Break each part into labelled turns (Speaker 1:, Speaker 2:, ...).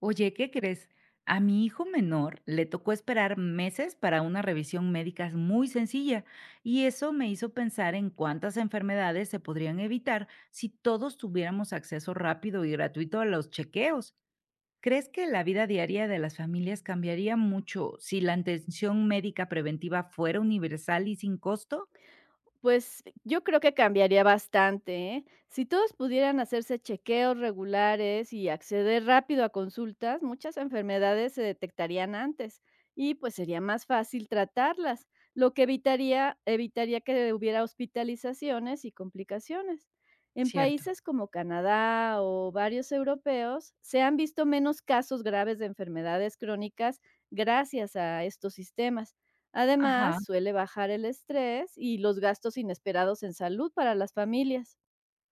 Speaker 1: Oye, ¿qué crees? A mi hijo menor le tocó esperar meses para una revisión médica muy sencilla y eso me hizo pensar en cuántas enfermedades se podrían evitar si todos tuviéramos acceso rápido y gratuito a los chequeos. ¿Crees que la vida diaria de las familias cambiaría mucho si la atención médica preventiva fuera universal y sin costo?
Speaker 2: Pues yo creo que cambiaría bastante, ¿eh? Si todos pudieran hacerse chequeos regulares y acceder rápido a consultas, muchas enfermedades se detectarían antes y pues sería más fácil tratarlas, lo que evitaría que hubiera hospitalizaciones y complicaciones. En
Speaker 1: Cierto.
Speaker 2: países como Canadá o varios europeos se han visto menos casos graves de enfermedades crónicas gracias a estos sistemas.
Speaker 1: Ajá.
Speaker 2: Además, suele bajar el estrés y los gastos inesperados en salud para las familias.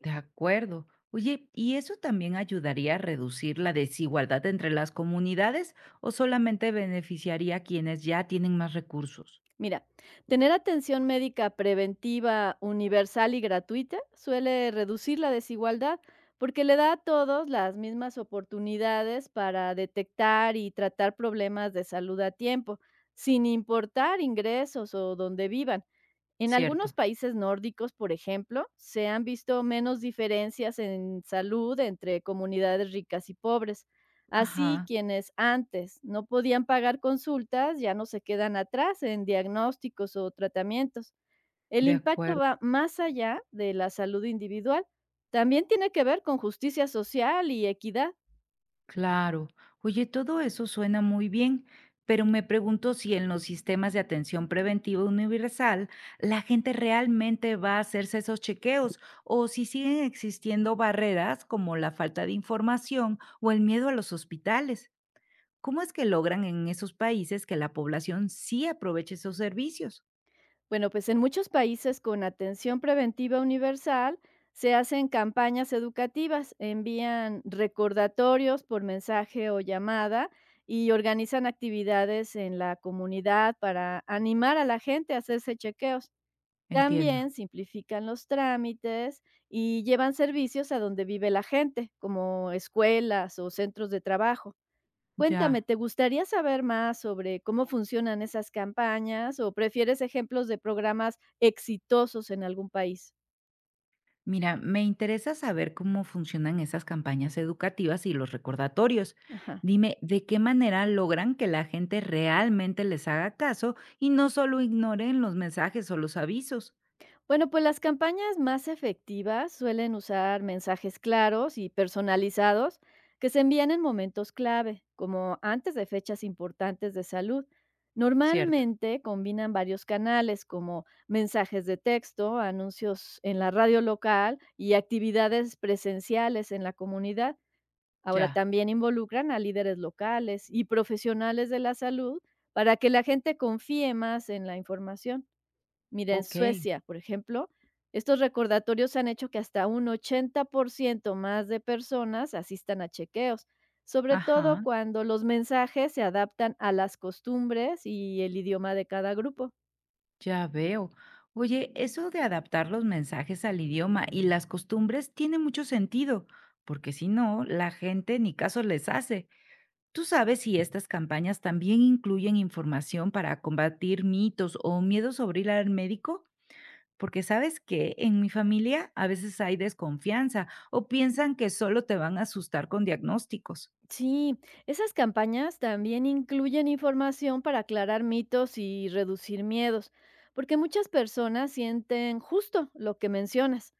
Speaker 1: De acuerdo. Oye, ¿y eso también ayudaría a reducir la desigualdad entre las comunidades o solamente beneficiaría a quienes ya tienen más recursos?
Speaker 2: Mira, tener atención médica preventiva, universal y gratuita suele reducir la desigualdad porque le da a todos las mismas oportunidades para detectar y tratar problemas de salud a tiempo, sin importar ingresos o donde vivan. En algunos
Speaker 1: Cierto.
Speaker 2: países nórdicos, por ejemplo, se han visto menos diferencias en salud entre comunidades ricas y pobres. Así,
Speaker 1: Ajá,
Speaker 2: quienes antes no podían pagar consultas ya no se quedan atrás en diagnósticos o tratamientos. El
Speaker 1: de
Speaker 2: impacto
Speaker 1: acuerdo,
Speaker 2: va más allá de la salud individual. También tiene que ver con justicia social y equidad.
Speaker 1: claro. Oye, todo eso suena muy bien, pero me pregunto si en los sistemas de atención preventiva universal la gente realmente va a hacerse esos chequeos o si siguen existiendo barreras como la falta de información o el miedo a los hospitales. ¿Cómo es que logran en esos países que la población sí aproveche esos servicios?
Speaker 2: Bueno, pues en muchos países con atención preventiva universal se hacen campañas educativas, envían recordatorios por mensaje o llamada y organizan actividades en la comunidad para animar a la gente a hacerse chequeos.
Speaker 1: Entiendo,
Speaker 2: También simplifican los trámites y llevan servicios a donde vive la gente, como escuelas o centros de trabajo. Cuéntame,
Speaker 1: ya.
Speaker 2: ¿te gustaría saber más sobre cómo funcionan esas campañas o prefieres ejemplos de programas exitosos en algún país?
Speaker 1: Mira, me interesa saber cómo funcionan esas campañas educativas y los recordatorios.
Speaker 2: Ajá.
Speaker 1: Dime, ¿de qué manera logran que la gente realmente les haga caso y no solo ignoren los mensajes o los avisos?
Speaker 2: Bueno, pues las campañas más efectivas suelen usar mensajes claros y personalizados que se envían en momentos clave, como antes de fechas importantes de salud.
Speaker 1: Cierto,
Speaker 2: Normalmente combinan varios canales como mensajes de texto, anuncios en la radio local y actividades presenciales en la comunidad. Ahora
Speaker 1: ya.
Speaker 2: también involucran a líderes locales y profesionales de la salud para que la gente confíe más en la información. Mira, en
Speaker 1: Ok.
Speaker 2: Suecia, por ejemplo, estos recordatorios han hecho que hasta un 80% más de personas asistan a chequeos, sobre todo
Speaker 1: Ajá.
Speaker 2: cuando los mensajes se adaptan a las costumbres y el idioma de cada grupo.
Speaker 1: Ya veo. Oye, eso de adaptar los mensajes al idioma y las costumbres tiene mucho sentido, porque si no, la gente ni caso les hace. ¿Tú sabes si estas campañas también incluyen información para combatir mitos o miedos sobre ir al médico? Porque sabes que en mi familia a veces hay desconfianza o piensan que solo te van a asustar con diagnósticos.
Speaker 2: Sí, esas campañas también incluyen información para aclarar mitos y reducir miedos, porque muchas personas sienten justo lo que mencionas.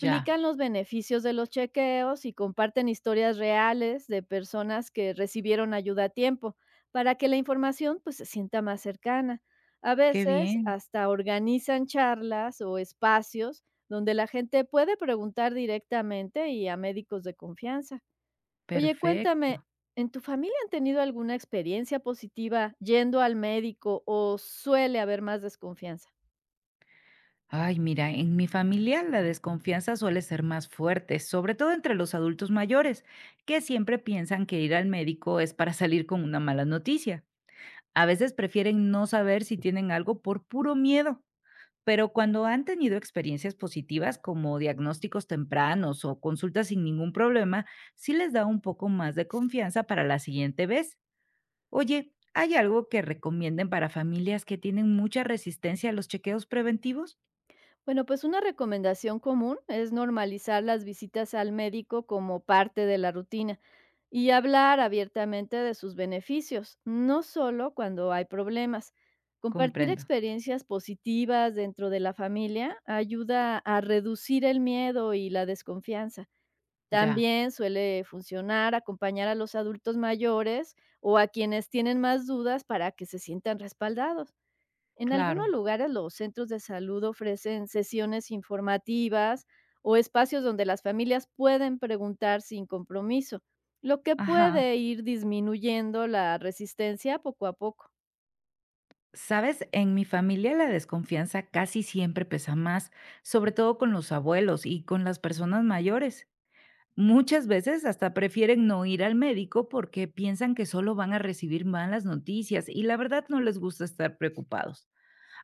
Speaker 1: Ya,
Speaker 2: los beneficios de los chequeos y comparten historias reales de personas que recibieron ayuda a tiempo, para que la información pues se sienta más cercana. A
Speaker 1: qué
Speaker 2: veces
Speaker 1: bien,
Speaker 2: hasta organizan charlas o espacios donde la gente puede preguntar directamente y a médicos de confianza. Oye,
Speaker 1: perfecto.
Speaker 2: cuéntame, ¿en tu familia han tenido alguna experiencia positiva yendo al médico o suele haber más desconfianza?
Speaker 1: Ay, mira, en mi familia la desconfianza suele ser más fuerte, sobre todo entre los adultos mayores, que siempre piensan que ir al médico es para salir con una mala noticia. A veces prefieren no saber si tienen algo por puro miedo, pero cuando han tenido experiencias positivas como diagnósticos tempranos o consultas sin ningún problema, sí les da un poco más de confianza para la siguiente vez. Oye, ¿hay algo que recomienden para familias que tienen mucha resistencia a los chequeos preventivos?
Speaker 2: Bueno, pues una recomendación común es normalizar las visitas al médico como parte de la rutina y hablar abiertamente de sus beneficios, no solo cuando hay problemas. Compartir
Speaker 1: Comprendo.
Speaker 2: experiencias positivas dentro de la familia ayuda a reducir el miedo y la desconfianza.
Speaker 1: Ya,
Speaker 2: También suele funcionar acompañar a los adultos mayores o a quienes tienen más dudas para que se sientan respaldados. En algunos
Speaker 1: claro.
Speaker 2: lugares los centros de salud ofrecen sesiones informativas o espacios donde las familias pueden preguntar sin compromiso, lo que
Speaker 1: Ajá.
Speaker 2: puede ir disminuyendo la resistencia poco a poco.
Speaker 1: Sabes, en mi familia la desconfianza casi siempre pesa más, sobre todo con los abuelos y con las personas mayores. Muchas veces hasta prefieren no ir al médico porque piensan que solo van a recibir malas noticias y la verdad no les gusta estar preocupados.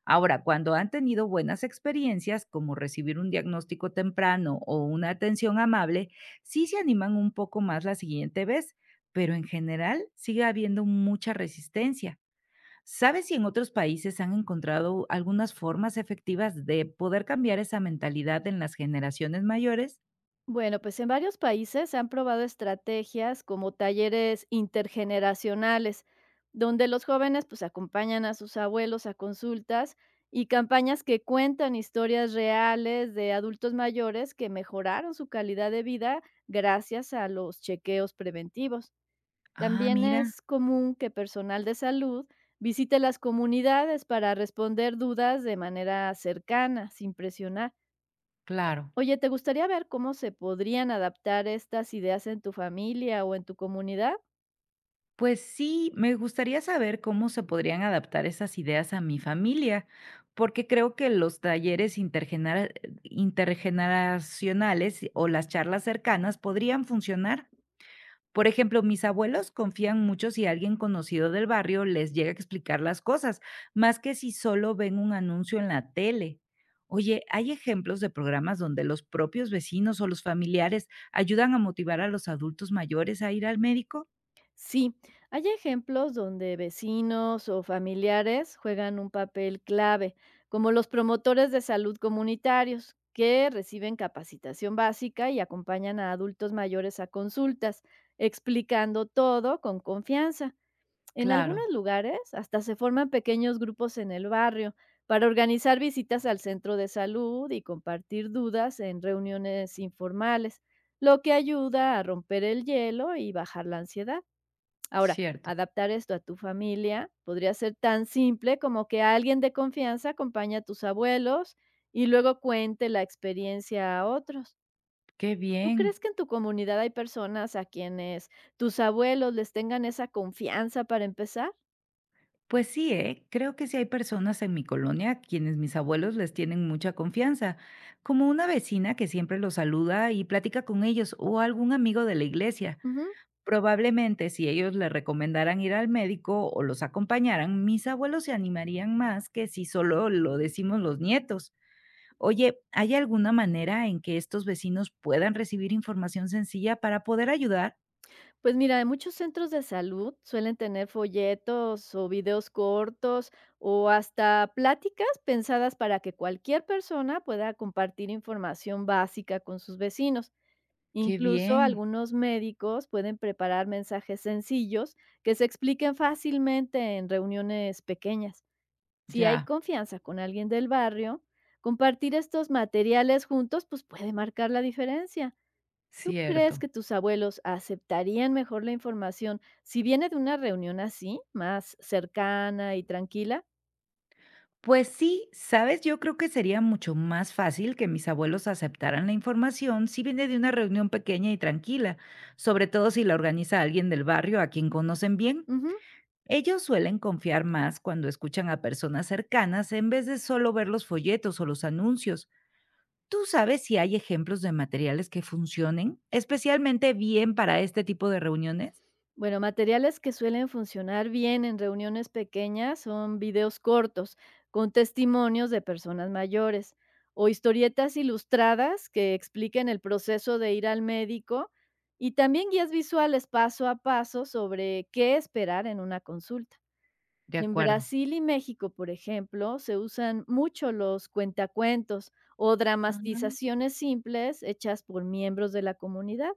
Speaker 1: Ahora, cuando han tenido buenas experiencias, como recibir un diagnóstico temprano o una atención amable, sí se animan un poco más la siguiente vez, pero en general sigue habiendo mucha resistencia. ¿Sabes si en otros países han encontrado algunas formas efectivas de poder cambiar esa mentalidad en las generaciones mayores?
Speaker 2: Bueno, pues en varios países se han probado estrategias como talleres intergeneracionales, donde los jóvenes pues acompañan a sus abuelos a consultas y campañas que cuentan historias reales de adultos mayores que mejoraron su calidad de vida gracias a los chequeos preventivos.
Speaker 1: Ah,
Speaker 2: También
Speaker 1: mira,
Speaker 2: es común que personal de salud visite las comunidades para responder dudas de manera cercana, sin presionar.
Speaker 1: claro.
Speaker 2: Oye, ¿te gustaría ver cómo se podrían adaptar estas ideas en tu familia o en tu comunidad?
Speaker 1: Pues sí, me gustaría saber cómo se podrían adaptar esas ideas a mi familia, porque creo que los intergeneracionales o las charlas cercanas podrían funcionar. Por ejemplo, mis abuelos confían mucho si alguien conocido del barrio les llega a explicar las cosas, más que si solo ven un anuncio en la tele. Oye, ¿hay ejemplos de programas donde los propios vecinos o los familiares ayudan a motivar a los adultos mayores a ir al médico?
Speaker 2: Sí, hay ejemplos donde vecinos o familiares juegan un papel clave, como los promotores de salud comunitarios, que reciben capacitación básica y acompañan a adultos mayores a consultas, explicando todo con confianza. En
Speaker 1: Claro,
Speaker 2: algunos lugares hasta se forman pequeños grupos en el barrio para organizar visitas al centro de salud y compartir dudas en reuniones informales, lo que ayuda a romper el hielo y bajar la ansiedad. Ahora,
Speaker 1: cierto.
Speaker 2: adaptar esto a tu familia podría ser tan simple como que alguien de confianza acompañe a tus abuelos y luego cuente la experiencia a otros.
Speaker 1: Qué
Speaker 2: ¿Tú
Speaker 1: bien.
Speaker 2: crees que en tu comunidad hay personas a quienes tus abuelos les tengan esa confianza para empezar?
Speaker 1: Pues sí, ¿eh? Creo que sí hay personas en mi colonia a quienes mis abuelos les tienen mucha confianza, como una vecina que siempre los saluda y platica con ellos o algún amigo de la iglesia.
Speaker 2: Ujú.
Speaker 1: Probablemente, si ellos le recomendaran ir al médico o los acompañaran, mis abuelos se animarían más que si solo lo decimos los nietos. Oye, ¿hay alguna manera en que estos vecinos puedan recibir información sencilla para poder ayudar?
Speaker 2: Pues mira, en muchos centros de salud suelen tener folletos o videos cortos o hasta pláticas pensadas para que cualquier persona pueda compartir información básica con sus vecinos.
Speaker 1: Qué
Speaker 2: Incluso
Speaker 1: bien,
Speaker 2: algunos médicos pueden preparar mensajes sencillos que se expliquen fácilmente en reuniones pequeñas. Si hay
Speaker 1: ya,
Speaker 2: confianza con alguien del barrio, compartir estos materiales juntos pues puede marcar la diferencia. ¿Tú crees
Speaker 1: cierto.
Speaker 2: que tus abuelos aceptarían mejor la información si viene de una reunión así, más cercana y tranquila?
Speaker 1: Pues sí, sabes, yo creo que sería mucho más fácil que mis abuelos aceptaran la información si viene de una reunión pequeña y tranquila, sobre todo si la organiza alguien del barrio a quien conocen bien.
Speaker 2: Ujú.
Speaker 1: Ellos suelen confiar más cuando escuchan a personas cercanas en vez de solo ver los folletos o los anuncios. ¿Tú sabes si hay ejemplos de materiales que funcionen especialmente bien para este tipo de reuniones?
Speaker 2: Bueno, materiales que suelen funcionar bien en reuniones pequeñas son videos cortos con testimonios de personas mayores o historietas ilustradas que expliquen el proceso de ir al médico y también guías visuales paso a paso sobre qué esperar en una consulta.
Speaker 1: De
Speaker 2: En
Speaker 1: acuerdo.
Speaker 2: Brasil y México, por ejemplo, se usan mucho los cuentacuentos o
Speaker 1: Ah,
Speaker 2: dramatizaciones simples hechas por miembros de la comunidad,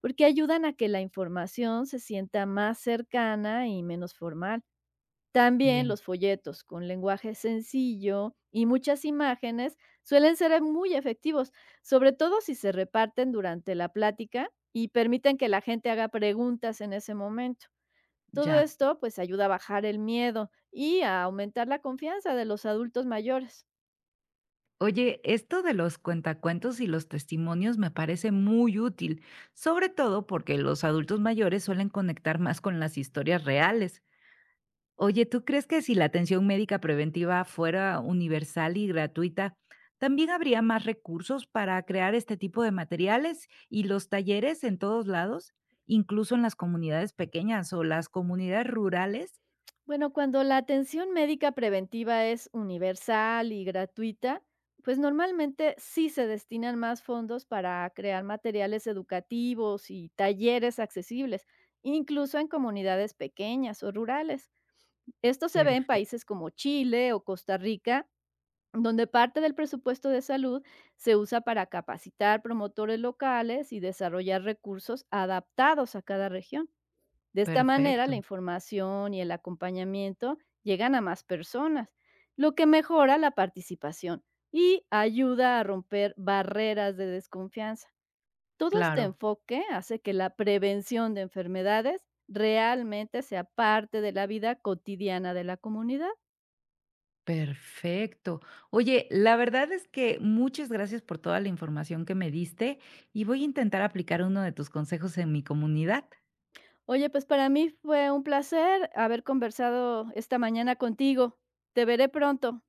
Speaker 2: porque ayudan a que la información se sienta más cercana y menos formal. También
Speaker 1: bien,
Speaker 2: los folletos con lenguaje sencillo y muchas imágenes suelen ser muy efectivos, sobre todo si se reparten durante la plática y permiten que la gente haga preguntas en ese momento. Todo
Speaker 1: ya.
Speaker 2: esto pues ayuda a bajar el miedo y a aumentar la confianza de los adultos mayores.
Speaker 1: Oye, esto de los cuentacuentos y los testimonios me parece muy útil, sobre todo porque los adultos mayores suelen conectar más con las historias reales. Oye, ¿tú crees que si la atención médica preventiva fuera universal y gratuita, también habría más recursos para crear este tipo de materiales y los talleres en todos lados, incluso en las comunidades pequeñas o las comunidades rurales?
Speaker 2: Bueno, cuando la atención médica preventiva es universal y gratuita, pues normalmente sí se destinan más fondos para crear materiales educativos y talleres accesibles, incluso en comunidades pequeñas o rurales. Esto se ve en
Speaker 1: Perfecto.
Speaker 2: países como Chile o Costa Rica, donde parte del presupuesto de salud se usa para capacitar promotores locales y desarrollar recursos adaptados a cada región. De esta manera,
Speaker 1: Perfecto,
Speaker 2: la información y el acompañamiento llegan a más personas, lo que mejora la participación y ayuda a romper barreras de desconfianza. Todo este
Speaker 1: claro,
Speaker 2: enfoque hace que la prevención de enfermedades realmente sea parte de la vida cotidiana de la comunidad.
Speaker 1: perfecto. Oye, la verdad es que muchas gracias por toda la información que me diste y voy a intentar aplicar uno de tus consejos en mi comunidad.
Speaker 2: Oye, pues para mí fue un placer haber conversado esta mañana contigo. Te veré pronto.